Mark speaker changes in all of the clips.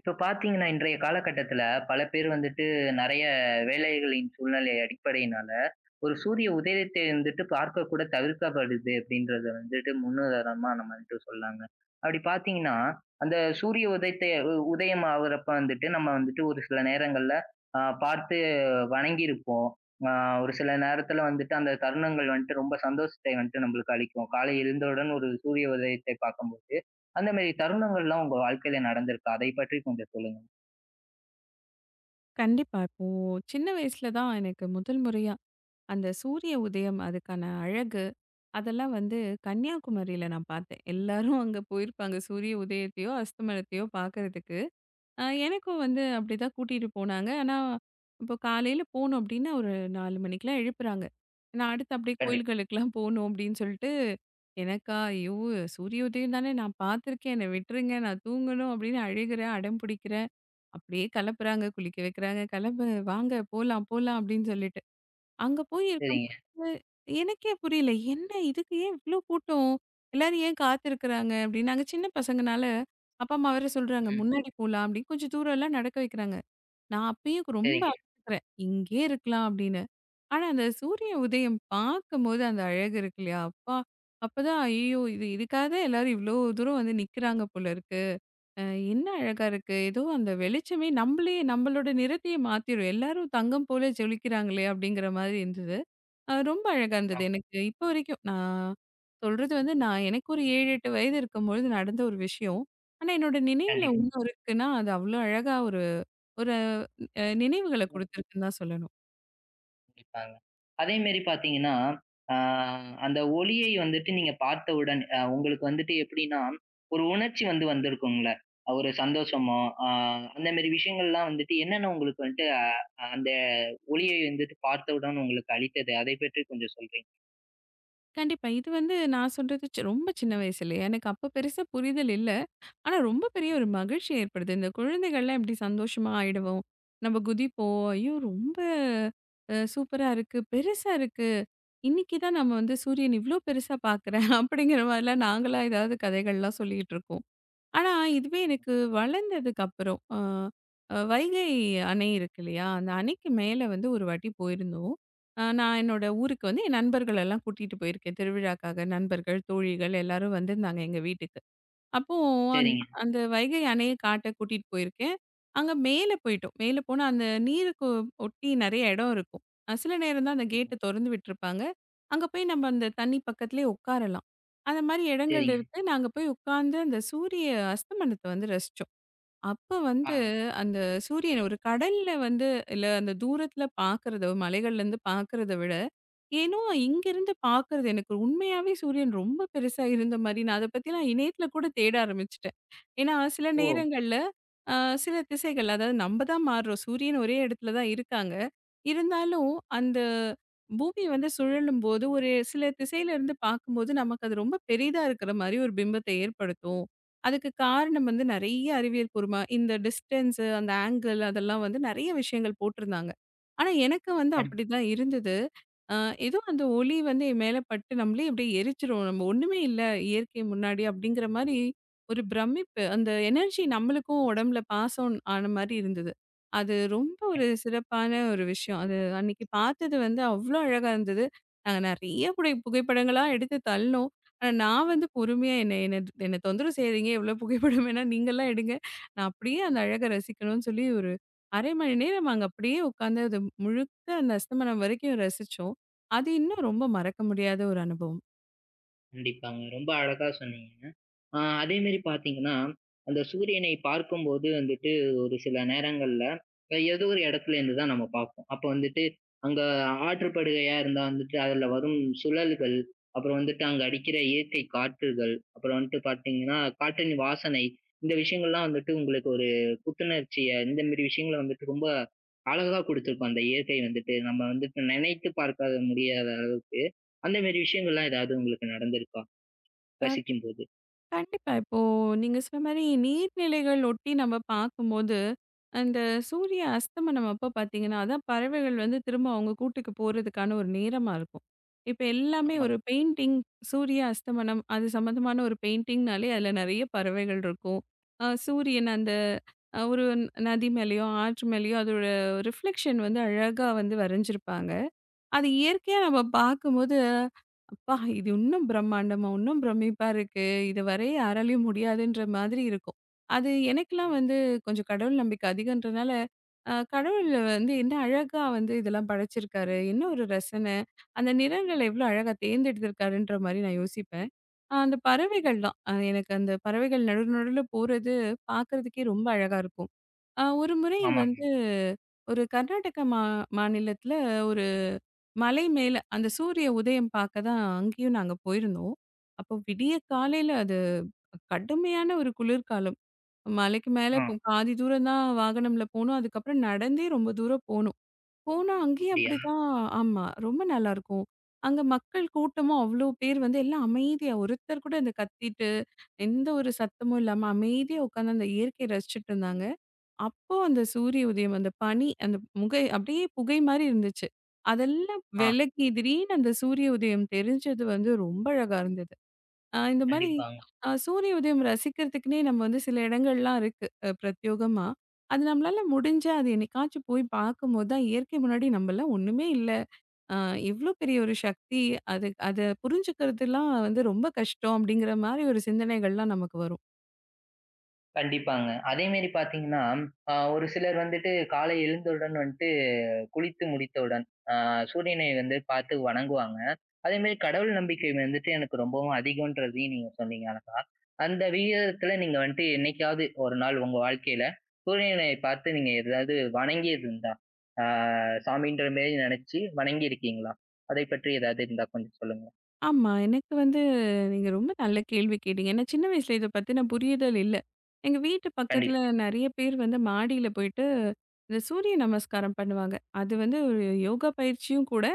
Speaker 1: இப்ப பார்த்தீங்கன்னா, இன்றைய காலகட்டத்தில பல பேர் வந்துட்டு நெறைய வேலைகளின் சூழ்நிலை அடிப்படையினால, ஒரு சூரிய உதயத்தை வந்துட்டு பார்க்க கூட தவிர்க்கப்படுது அப்படின்றத வந்துட்டு முன்னுதாரணமா நம்ம வந்துட்டு சொல்லாங்க. அப்படி பார்த்தீங்கன்னா, அந்த சூரிய உதயத்தை உதயம் ஆகுறப்ப வந்துட்டு நம்ம வந்துட்டு ஒரு சில நேரங்கள்ல பார்த்து வணங்கியிருப்போம். அ ஒரு சில நேரத்தில வந்துட்டு அந்த தருணங்கள் வந்துட்டு ரொம்ப சந்தோஷத்தை வந்துட்டு நம்மளுக்கு அளிக்கும். காலை எழுந்தவுடன் ஒரு சூரிய உதயத்தை பார்க்கும்போது. அந்த மாரி தருணங்கள்லாம் உங்க வாழ்க்கையில நடந்திருக்கா? அதை பற்றி கொஞ்சம் சொல்லுங்க.
Speaker 2: கண்டிப்பா. இப்போ சின்ன வயசுல தான் எனக்கு முதல் முறையா அந்த சூரிய உதயம், அதுக்கான அழகு, அதெல்லாம் வந்து கன்னியாகுமரியில நான் பார்த்தேன். எல்லாரும் அங்க போயிருப்பாங்க சூரிய உதயத்தையோ, அஸ்தமனத்தையோ பார்க்கறதுக்கு. எனக்கும் வந்து அப்படிதான் கூட்டிட்டு போனாங்க. ஆனா, இப்போ காலையில போனோம் அப்படின்னா ஒரு 4 மணிக்கெல்லாம் எழுப்புறாங்க. நான் அடுத்து அப்படியே
Speaker 1: கண்டிப்பா.
Speaker 2: கோயில்களுக்கெல்லாம் போணும் அப்படின்னு சொல்லிட்டு, எனக்கா ஐயோ! சூரிய உதயம் தானே நான் பார்த்துருக்கேன். என்னை விட்டுருங்க நான் தூங்கணும் அப்படின்னு அழுகிறேன், அடம் பிடிக்கிறேன். அப்படியே கெளப்புறாங்க, குளிக்க வைக்கிறாங்க, "கெளம்பு, வாங்க போலாம், போலாம்" அப்படின்னு சொல்லிட்டு. அங்க போய்
Speaker 1: சரிங்க.
Speaker 2: இருக்கும்போது எனக்கே புரியல. என்ன இதுக்கு ஏன் இவ்ளோ கூட்டம்? எல்லாரும் ஏன் காத்திருக்கிறாங்க அப்படின்னு. நாங்க சின்ன பசங்கனால அப்பா, அம்மா வேற சொல்றாங்க,
Speaker 1: ம்.
Speaker 2: "முன்னாடி போலாம்" அப்படின்னு கொஞ்சம் தூரம்லாம் நடக்க வைக்கிறாங்க. நான் அப்பயும் ரொம்ப
Speaker 1: சரிங்க.
Speaker 2: அழுத்துக்கிறேன், "இங்கேயே இருக்கலாம்" அப்படின்னு. ஆனா அந்த சூரிய உதயம் பார்க்கும்போது அந்த அழகு இருக்கு இல்லையா? அப்பா! அப்பதான் ஐயோ! இது இதுக்காக தான் எல்லாரும் இவ்ளோ தூரம் வந்து நிக்கிறாங்க போல இருக்கு. அ என்ன அழகா இருக்கு. ஏதோ அந்த வெளிச்சமே நம்பளே நம்பளோட நிறத்தையே மாத்திரும். எல்லாரும் தங்கம் போல ஜொலிக்கிறாங்களே! அப்படிங்கிற மாதிரி இருந்தது. ரொம்ப அழகா
Speaker 1: ஆ.
Speaker 2: இருந்தது. எனக்கு இப்போ வரைக்கும் நான் சொல்றது வந்து நான் எனக்கு ஒரு 7, 8 வயது இருக்கும்பொழுது நடந்த ஒரு விஷயம். ஆனா, என்னோட நினைவுல
Speaker 1: கண்டிப்பா.
Speaker 2: இன்னும் இருக்குன்னா, அது அவ்ளோ அழகா ஒரு ஒரு அ நினைவுகள
Speaker 1: ஓகே.
Speaker 2: குடுத்துருக்குன்னு தான் சொல்லணும்.
Speaker 1: கண்டிப்பாங்க. அதே மாரி பார்த்தீங்கன்னா, ஆ அந்த ஒளியை வந்துட்டு நீங்க பார்த்தவுடன் உங்களுக்கு வந்துட்டு எப்படின்னா, ஒரு உணர்ச்சி வந்து வந்திருக்கும்ல. ஒரு சந்தோஷமோ, ஆ அந்த மாரி விஷயங்கள்லாம் வந்துட்டு என்னென்ன உங்களுக்கு வந்துட்டு அந்த ஒளியை வந்துட்டு பார்த்தவுடன் உங்களுக்கு அளித்தது? அதை பற்றி கொஞ்சம் சொல்றீங்க?
Speaker 2: கண்டிப்பா. இது வந்து நான் சொல்றது ரொம்ப சின்ன வயசுல. எனக்கு அப்ப பெருசா புரிதல் இல்ல. ஆனா, ரொம்ப பெரிய ஒரு மகிழ்ச்சி ஏற்படுது. இந்த குழந்தைகள்லாம் எப்படி சந்தோஷமா ஆயிடுவோம். நம்ம குதிப்போம். ஐயோ! ரொம்ப சூப்பரா இருக்கு. பெருசா இருக்கு. இன்னைக்கு தான் நம்ம வந்து சூரியன் இவ்ளோ பெருசா பார்க்குறேன். அப்படிங்கிற மாதிரிலாம் நாங்கலாம் ஏதாவது கதைகள்லாம் சொல்லிட்டு இருக்கோம். ஆனா, இதுவே எனக்கு வளர்ந்ததுக்கு அப்புறம் அ அ வைகை அணை இருக்கு இல்லையா? அந்த அணைக்கு மேல வந்து ஒரு வாட்டி போயிருந்தோம். நான் என்னோட ஊருக்கு வந்து என் நண்பர்களெல்லாம் கூட்டிட்டு போயிருக்கேன். திருவிழாக்காக நண்பர்கள், தோழிகள் எல்லாரும் வந்திருந்தாங்க எங்க வீட்டுக்கு. அப்போ அந்
Speaker 1: சரிங்க.
Speaker 2: அந்த வைகை அணைய காட்ட கூட்டிட்டு போயிருக்கேன். அங்க மேல போயிட்டோம். மேல போனா அந்த நீருக்கு ஒட்டி நெறைய இடம் இருக்கும். சில நேரம் தான் அந்த கேட்ட
Speaker 1: ம்.
Speaker 2: தொறந்து விட்டுருப்பாங்க. அங்க போய் நம்ம அந்த தண்ணி பக்கத்திலேயே உட்காரலாம். அந்த மாரி இடங்கள்
Speaker 1: சரிங்க.
Speaker 2: இருக்கு. நாங்க போய் உட்கார்ந்து அந்த சூரிய அஸ்தமனத்த வந்து ரசிச்சோம். அப்ப
Speaker 1: ஆ.
Speaker 2: வந்து அந்த சூரியன் ஒரு கடல்ல வந்து இல்ல அந்த தூரத்துல பார்க்கறத மலைகள்லேருந்து பார்க்கறத விட ஏனோ, இங்கருந்து பார்க்கறது எனக்கு உண்மையாவே சூரியன் ரொம்ப பெருசா இருந்த மாரி நான் அத பத்தி நான் இணையத்துல கூட தேட ஆரம்பிச்சுட்டேன். ஏன்னா, சில
Speaker 1: ஓ!
Speaker 2: நேரங்கள்ல அ சில திசைகள் அதாவது நம்ம தான் மாறுறோம். சூரியன் ஒரே இடத்துல தான் இருக்காங்க. இருந்தாலும் அந்த பூமி வந்து சுழலும்போது ஒரு சில திசையிலருந்து பார்க்கும்போது நமக்கு அது ரொம்ப பெரிதா இருக்கிற மாரி ஒரு பிம்பத்த ஏற்படுத்தும். அதுக்கு காரணம் வந்து நெறைய அறிவியல் பூர்வமா இந்த டிஸ்டன்ஸ் அந்த ஆங்கிள் அதெல்லாம் வந்து நெறைய விஷயங்கள் போட்டிருந்தாங்க. ஆனா, எனக்கு வந்து
Speaker 1: கண்டிப்பா.
Speaker 2: அப்படிதான் இருந்தது. ஆ, ஏதோ அந்த ஒளி வந்து என் மேல பட்டு நம்மளே அப்படியே எரிச்சிரும். நம்ம ஒண்ணுமே இல்ல இயற்கை முன்னாடி அப்படிங்கிற மாரி ஒரு பிரமிப்பு. அந்த எனர்ஜி நம்மளுக்கும் உடம்புல பாஸ் ஆன் ஆன மாரி இருந்தது. அது ரொம்ப ஒரு சிறப்பான ஒரு விஷயம். அது அன்னைக்கு பார்த்தது வந்து அவ்ளோ அழகா இருந்தது. நாங்க நெறைய புகைப்படங்களா எடுத்து தள்ளினோம். ஆனா, நான் வந்து பொறுமையா என்ன என்ன என்ன தொந்தரவு செய்யாதீங்க. எவ்ளோ புகைப்படம் வேணா நீங்கலாம் எடுங்க. நான் அப்படியே அந்த அழக ரசிக்கணும்னு சொல்லி ஒரு 1/2 மணி நேரம் அங்க அப்படியே உட்காந்து அது முழுக்க அந்த அஸ்தமனம் வரைக்கும் ரசிச்சோம். அது இன்னும் ரொம்ப மறக்க முடியாத ஒரு அனுபவம்.
Speaker 1: கண்டிப்பாங்க. ரொம்ப அழகா சொன்னீங்க. அதே மாரி பார்த்தீங்கன்னா, அந்த சூரியனை பார்க்கும்போது வந்துட்டு ஒரு சில நேரங்கள்ல, ஏதோ ஒரு இடத்துல இருந்து தான் நம்ம பார்ப்போம். அப்போ வந்துட்டு அங்க ஆற்றுப்படுகையா இருந்தா வந்துட்டு அதுல வரும் சுழல்கள், அப்புறம் வந்துட்டு அங்க அடிக்கிற இயற்கை காற்றுகள், அப்புறம் வந்துட்டு பார்த்தீங்கன்னா, காற்றின் வாசனை இந்த விஷயங்கள்லாம் வந்துட்டு உங்களுக்கு ஒரு புத்துணர்ச்சிய இந்த மாரி விஷயங்கள வந்துட்டு ரொம்ப அழகா குடுத்திருக்கும். அந்த இயற்கை வந்துட்டு நம்ம வந்துட்டு நினைத்து பார்க்க முடியாத அளவுக்கு அந்த மாரி விஷயங்கள்லாம் ஏதாவது உங்களுக்கு நடந்திருக்கா?
Speaker 2: அ
Speaker 1: ரசிக்கும்போது.
Speaker 2: கண்டிப்பா. இப்போ நீங்க சொன்ன மாரி நீர்நிலைகள் ஒட்டி நம்ம பார்க்கும்போது, அந்த சூரிய அஸ்தமனம் அப்ப பார்த்தீங்கன்னா, அதான் பறவைகள் வந்து திரும்ப அவங்க கூட்டுக்கு போறதுக்கான ஒரு நேரமா இருக்கும். இப்ப எல்லாமே ஒரு
Speaker 1: ஆமாங்க.
Speaker 2: பெயிண்டிங், சூரிய அஸ்தமனம் அது சம்மந்தமான ஒரு பெயிண்டிங்னாலே அதில நெறைய பறவைகள் இருக்கும். சூரியன் அந்த நதி மேலயோ, ஆற்று மேலயோ அதோட ரிஃப்ளெக்ஷன் வந்து அழகா வந்து வரைஞ்சிருப்பாங்க. அது இயற்கையா நம்ம பார்க்கும்போது, அப்பா! இது இன்னும் பிரம்மாண்டமா, இன்னும் பிரமிப்பா இருக்கு. இது வரைய யாராலயும் முடியாதுன்ற மாதிரி இருக்கும். அது எனக்கெல்லாம் வந்து கொஞ்சம் கடவுள் நம்பிக்கை அதிகன்றனால, கடவுள் வந்து என்ன அழகா வந்து இதெல்லாம் படைச்சிருக்காரு. என்ன ஒரு ரசனை. அந்த நிறங்கள் எவ்வளோ அழகா தேர்ந்தெடுத்திருக்காருன்ற மாரி நான் யோசிப்பேன். அந்த பறவைகள் தான். எனக்கு அந்த பறவைகள் நடு நடுவுல போறது பார்க்கறதுக்கே ரொம்ப அழகா இருக்கும். ஒரு முறை
Speaker 1: ஆமாங்க.
Speaker 2: வந்து ஒரு கர்நாடக மா மாநிலத்தில மலை மேல அந்த சூரிய உதயம் பார்க்க தான் அங்கேயும் நாங்க போயிருந்தோம். அப்போ விடிய காலையில அது கடுமையான ஒரு குளிர்காலம். மலைக்கு மேல
Speaker 1: ஆ.
Speaker 2: இப்போ பாதி தூரம் தான் வாகனம்ல போனோம். அதுக்கப்புறம் நடந்தே ரொம்ப தூரம் போனோம். போனா அங்கேயும்
Speaker 1: அப்படியா?
Speaker 2: அப்படிதான் ஆமா. ரொம்ப நல்லாருக்கும். அங்க மக்கள் கூட்டமும் அவ்ளோ பேர் வந்து எல்லாம் அமைதியா ஒருத்தர் கூட இந்த கத்திட்டு, எந்த ஒரு சத்தமும் இல்லாம அமைதியா உட்காந்து அந்த இயற்கையை ரசிச்சுட்டு இருந்தாங்க. அப்போ அந்த சூரிய உதயம், அந்த பனி, அந்த முகை அப்படியே புகை மாரி இருந்துச்சு. அதெல்லாம்
Speaker 1: ஆ
Speaker 2: விலக்கி திடீர்னு அந்த சூரிய உதயம் தெரிஞ்சது வந்து ரொம்ப அழகா இருந்தது. அ இந்த மாரி
Speaker 1: கண்டிப்பாங்க,
Speaker 2: அ சூரிய உதயம் ரசிக்கிறதுக்குன்னே நம்ம வந்து சில இடங்கள்லாம் இருக்கு பிரத்யோகமா. அது நம்மளால முடிஞ்சா அது என்னைக்காச்சும் போய் பார்க்கும்போது தான் இயற்கை முன்னாடி நம்மலாம் ஒண்ணுமே இல்ல. அ எவ்ளோ பெரிய ஒரு சக்தி அது அத புரிஞ்சுக்கிறதுலாம் வந்து ரொம்ப கஷ்டம் அப்படிங்கிற மாரி ஒரு சிந்தனைகள்லாம் நமக்கு வரும்.
Speaker 1: கண்டிப்பாங்க. அதே மாரி பார்த்தீங்கன்னா, ஒரு சிலர் வந்துட்டு காலை எழுந்தவுடன் வந்துட்டு குளித்து முடித்தவுடன், அ சூரியனை வந்து பார்த்து வணங்குவாங்க. அதே மாரி கடவுள் நம்பிக்கை வந்துட்டு எனக்கு ரொம்பவும் அதிகம்ன்றதையும் நீங்க சொன்னீங்க அழகா. அந்த விகிதத்துல நீங்க வந்துட்டு என்னைக்காவது ஒரு நாள் உங்க வாழ்க்கையில சூரியனை பார்த்து நீங்க ஏதாவது வணங்கியது உண்டா? ஆ சாமின்ற மாரி நெனைச்சு வணங்கியிருக்கீங்களா? அதை பற்றி ஏதாவது இருந்தா கொஞ்சம் சொல்லுங்க.
Speaker 2: ஆமா. எனக்கு வந்து நீங்க ரொம்ப நல்ல கேள்வி கேட்டீங்க. ஏன்னா சின்ன வயசுல இத பத்தின புரியுதல் இல்ல. எங்க வீட்டு பக்கத்துல
Speaker 1: கண்டிப்பா,
Speaker 2: நெறைய பேர் வந்து மாடியில போயிட்டு, இந்த சூரிய நமஸ்காரம் பண்ணுவாங்க. அது வந்து ஒரு யோகா பயிற்சியும் கூட.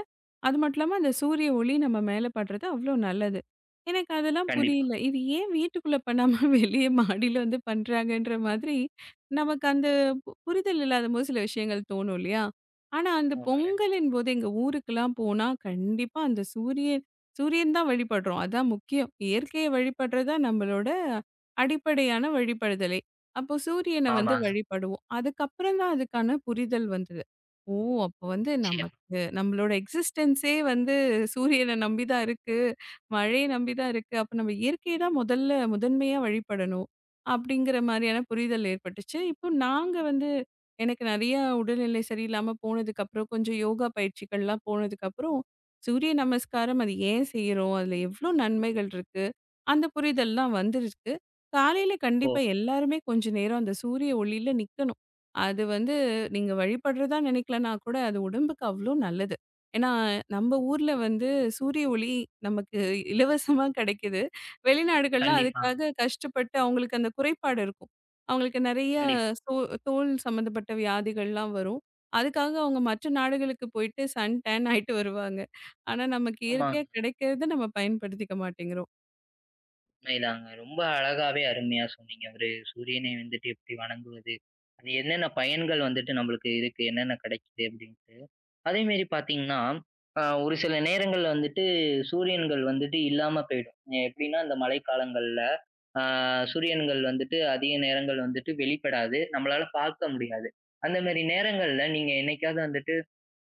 Speaker 2: அது மட்டும் இல்லாம அந்த சூரிய ஒளி நம்ம மேல படுறது அவ்ளோ நல்லது. எனக்கு அதெல்லாம்
Speaker 1: கண்டிப்பா.
Speaker 2: புரியல. இது ஏன் வீட்டுக்குள்ள பண்ணாம வெளிய மாடியில வந்து பண்றாங்கன்ற மாதிரி, நமக்கு அந்த புரிதல் இல்லாதபோது சில விஷயங்கள் தோணும் இல்லையா? ஆனா அந்த
Speaker 1: ஆமாங்க.
Speaker 2: பொங்கலின் போது எங்க ஊருக்கெல்லாம் போனா கண்டிப்பா அந்த சூரியன் சூரியன் தான் வழிபடுறோம். அதான் முக்கியம். இயற்கையை வழிபடுறது தான் நம்மளோட அடிப்படையான வழிபடுதலே. அப்போ சூரியன வந்து
Speaker 1: ஆமாங்க.
Speaker 2: வழிபடுவோம். அதுக்கப்புறம் தான் அதுக்கான புரிதல் வந்தது. ஓ! அப்ப வந்து
Speaker 1: நிச்சயமா.
Speaker 2: நமக்கு நம்மளோட எக்ஸிஸ்டன்ஸே வந்து சூரியன நம்பி தான் இருக்கு. மழைய நம்பி தான் இருக்கு. அப்ப நம்ம இயற்கைய தான் முதல்ல முதன்மையா வழிபடணும். அப்படிங்கிற மாரியான புரிதல் ஏற்பட்டுச்சு. இப்போ நாங்க வந்து எனக்கு நெறைய உடல்நிலை சரியில்லாம போனதுக்கப்புறம், கொஞ்சம் யோகா பயிற்சிகள்லாம் போனதுக்கப்புறம், சூரிய நமஸ்காரம் அது ஏன் செய்றோம்? அதுல எவ்ளோ நன்மைகள் இருக்கு? அந்த புரிதல்லாம் வந்திருக்கு. காலையில
Speaker 1: ஓ!
Speaker 2: கண்டிப்பா எல்லாருமே கொஞ்ச நேரம் அந்த சூரிய ஒளியில நிக்கணும். அது வந்து நீங்க வழிபடுறதா நினைக்கலனா கூட, அது உடம்புக்கு அவ்ளோ நல்லது. ஏன்னா, நம்ம ஊர்ல வந்து சூரிய ஒளி நமக்கு இலவசமா கிடைக்குது. வெளிநாடுகள்ல
Speaker 1: கண்டிப்பாங்க,
Speaker 2: அதுக்காக கஷ்டப்பட்டு அவங்களுக்கு அந்த குறைபாடு இருக்கும். அவங்களுக்கு நெறைய
Speaker 1: கண்டிப்பா.
Speaker 2: சோ தோல் சம்மந்தப்பட்ட வியாதிகள்லாம் வரும். அதுக்காக அவங்க மற்ற நாடுகளுக்கு போயிட்டு சன் டேன் ஆயிட்டு வருவாங்க. ஆனா, நமக்கு
Speaker 1: ஆமாங்க.
Speaker 2: இயற்கையா கிடைக்கிறத நம்ம பயன்படுத்திக்க மாட்டேங்கிறோம்.
Speaker 1: உண்மைதாங்க. ரொம்ப அழகாவே அருமையா சொன்னீங்க. ஒரு சூரியனை வந்துட்டு எப்படி வணங்குவது? அது என்னென்ன பயன்கள் வந்துட்டு நம்மளுக்கு இதுக்கு என்னென்ன கிடைக்குது அப்படின்ட்டு. அதே மாரி பார்த்தீங்கன்னா, ஒரு சில நேரங்கள்ல வந்துட்டு சூரியன்கள் வந்துட்டு இல்லாம போயிடும். எப்படின்னா, இந்த மழைக்காலங்கள்ல ஆ சூரியன்கள் வந்துட்டு அதிக நேரங்கள் வந்துட்டு வெளிப்படாது. நம்மளால பார்க்க முடியாது. அந்த மாரி நேரங்கள்ல நீங்க என்னைக்காவது வந்துட்டு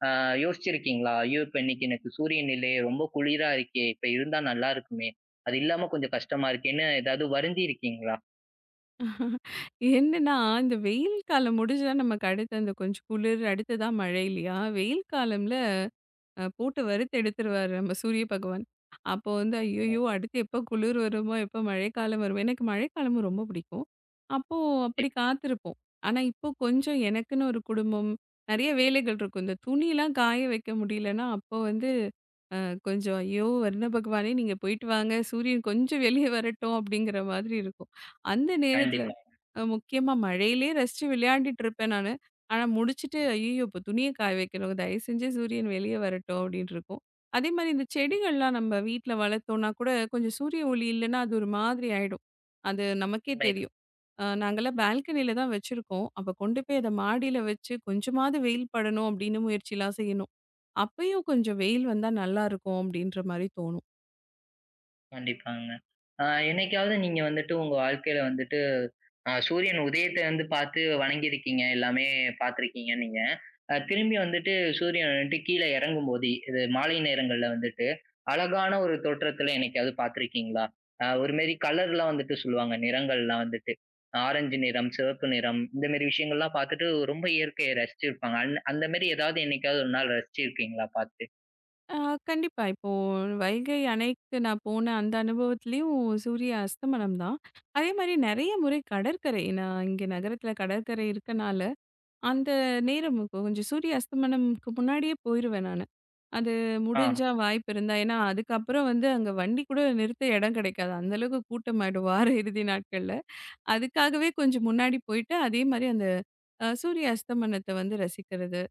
Speaker 1: ஆ யோசிச்சிருக்கீங்களா? ஐயோ! இப்ப இன்னைக்கு எனக்கு சூரியன் இல்லையே! ரொம்ப குளிரா இருக்கே! இப்ப இருந்தா நல்லா இருக்குமே! அது இல்லாம கொஞ்சம் கஷ்டமா இருக்கேன்னு ஏதாவது வருந்தி இருக்கீங்களா?
Speaker 2: என்னன்னா, இந்த வெயில் காலம் முடிஞ்சா நமக்கு அடுத்து அந்த கொஞ்சம் குளிர், அடுத்ததா மழை இல்லையா? வெயில் காலம்ல போட்டு வறுத்து எடுத்துருவாரு நம்ம சூரிய பகவான். அப்போ வந்து ஐய்யயோ!
Speaker 1: உண்மைதான்,
Speaker 2: அடுத்து எப்போ குளிர் வருமோ! எப்போ மழைக்காலம் வருமோ! எனக்கு மழைக்காலமும் ரொம்ப பிடிக்கும். அப்போ அப்படி
Speaker 1: கண்டிப்பா,
Speaker 2: காத்திருப்போம். ஆனா, இப்போ கொஞ்சம் எனக்குன்னு ஒரு குடும்பம், நெறைய வேலைகள் இருக்கும். இந்த துணிலாம் காய வைக்க முடியலன்னா, அப்போ வந்து அ கொஞ்சம் ஐயோ! வருண பகவானே நீங்க போயிட்டு வாங்க. சூரியன் கொஞ்சம் வெளிய வரட்டும் அப்படிங்கிற மாதிரி இருக்கும். அந்த நேரத்தில
Speaker 1: கண்டிப்பா.
Speaker 2: முக்கியமா மழையிலே ரசிச்சு விளையாடிட்டு இருப்பேன் நானு. ஆனா முடிச்சுட்டு, ஐய்யய்யோ! இப்போ துணிய காய வைக்கணும். தயவு செஞ்சு சூரியன் வெளிய வரட்டும் அப்டின்ட்டு இருக்கும். அதே மாரி இந்த செடிகள்லாம் நம்ம வீட்ல வளர்த்தோம்னா கூட, கொஞ்சம் சூரிய ஒளி இல்லன்னா, அது ஒரு மாதிரி ஆயிடும். அது நமக்கே
Speaker 1: உண்மைதான்.
Speaker 2: தெரியும். நாங்கலாம் பால்கனில தான் வச்சிருக்கோம். அப்ப கொண்டு போய் அத மாடியில வச்சு கொஞ்சமாவது வெயில் படணும் அப்டின்னு முயற்சிலாம் செய்யணும். அப்பயும் கொஞ்சம் வெயில் வந்தா நல்லாருக்கும் அப்டின்ற மாரி தோணும்.
Speaker 1: கண்டிப்பாங்க. ஆ என்னைக்காவது நீங்க வந்துட்டு உங்க வாழ்க்கையில வந்துட்டு சூரியன் உதயத்த வந்து பார்த்து வணங்கியிருக்கீங்க. எல்லாமே பார்த்துருக்கீங்க நீங்க. திரும்பி வந்துட்டு சூரியன் வந்துட்டு கீழ இறங்கும்போது, இது மாலை நேரங்கள்ல வந்துட்டு, அழகான ஒரு தோற்றத்துல என்னைக்காவது பார்த்துருக்கீங்களா? ஒரு மாரி கலர்லாம் வந்துட்டு சொல்லுவாங்க. நிறங்கள்லாம் வந்துட்டு. ஆரஞ்சு நிறம், சிவப்பு நிறம் இந்த மாரி விஷயங்கள்லாம் பார்த்துட்டு ரொம்ப இயற்கைய ரசிச்சிருப்பாங்க. அந்த மாரி ஏதாவது என்னைக்காவது ஒரு நாள் ரசிச்சிருக்கீங்களா பார்த்து?
Speaker 2: ஆ, கண்டிப்பா. இப்போ வைகை அணைக்கு நான் போன அந்த அனுபவத்திலயும் சூரிய அஸ்தமனம் தான். அதேமாரி நெறைய முறை கடற்கரை நான் இங்க நகரத்தில கடற்கரை இருக்கனால, அந்த நேரம் கொஞ்சம் சூரிய அஸ்தமனம்க்கு முன்னாடியே போயிருவேன் நானு. அது
Speaker 1: ஆ.
Speaker 2: முடிஞ்சா வாய்ப்பு இருந்தா ஏன்னா, அதுக்கப்புறம் வந்து அங்க வண்டி கூட நிறுத்த இடம் கிடைக்காது. அந்த அளவுக்கு கூட்டமாயிடும் வார இறுதி நாட்கள்ல. அதுக்காகவே கொஞ்சம் முன்னாடி போயிட்டு அதேமாரி அந்த சூரிய அஸ்தமனத்த வந்து ரசிக்கிறது.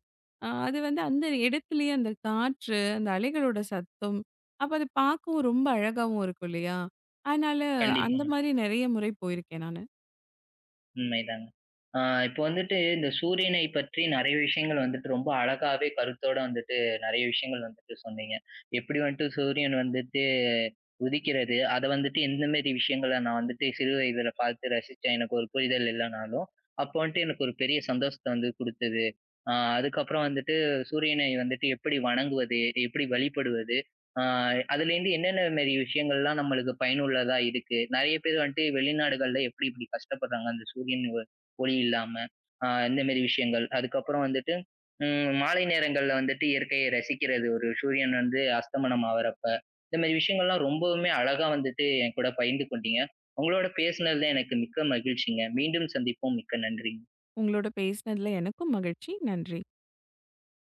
Speaker 2: அது வந்து அந்த இடத்துலயே அந்த காற்று, அந்த அலைகளோட சத்தம், அப்ப அது பார்க்கவும் ரொம்ப அழகாவும் இருக்கும் இல்லையா? அதனால
Speaker 1: கண்டிப்பா.
Speaker 2: அந்த மாரி நெறைய முறை போயிருக்கேன் நானு.
Speaker 1: உண்மைதாங்க. ஆ இப்போ வந்துட்டு இந்த சூரியனை பற்றி நிறைய விஷயங்கள் வந்துட்டு ரொம்ப அழகாவே கருத்தோட வந்துட்டு நிறைய விஷயங்கள் வந்துட்டு சொன்னீங்க. எப்படி வந்துட்டு சூரியன் வந்துட்டு உதிக்கிறது, அத வந்துட்டு எந்த மாரி விஷயங்கள நான் வந்துட்டு சிறு வயதில பார்த்து ரசிச்சேன். எனக்கு ஒரு புரிதல் இல்லனாலும், அப்போ வந்துட்டு எனக்கு ஒரு பெரிய சந்தோஷத்த வந்து குடுத்தது. அதுக்கப்புறம் வந்துட்டு சூரியனை வந்துட்டு எப்படி வணங்குவது, எப்படி வழிபடுவது ஆ அதுலேருந்து என்னென்ன மாரி விஷயங்கள்லாம் நம்மளுக்கு பயனுள்ளதா இருக்கு? நெறைய பேர் வந்துட்டு வெளிநாடுகள்ல எப்படி இப்படி கஷ்டப்படுறாங்க அந்த சூரியன் ஒளி இல்லாம. இந்த மாரி விஷயங்கள். அதுக்கப்புறம் வந்துட்டு மாலை நேரங்கள்ல வந்துட்டு இயற்கையை ரசிக்கிறது. ஒரு சூரியன் வந்து அஸ்தமனம் ஆவறப்ப. இந்த மாரி விஷயங்கள்லாம் ரொம்பவுமே அழகா வந்துட்டு என் கூட பகிர்ந்து கொண்டீங்க. உங்களோட பேசினதுல எனக்கு மிக்க மகிழ்ச்சிங்க. மீண்டும் சந்திப்போம். மிக்க நன்றி.
Speaker 2: உங்களோட பேசினதுல எனக்கும் மகிழ்ச்சி. நன்றி.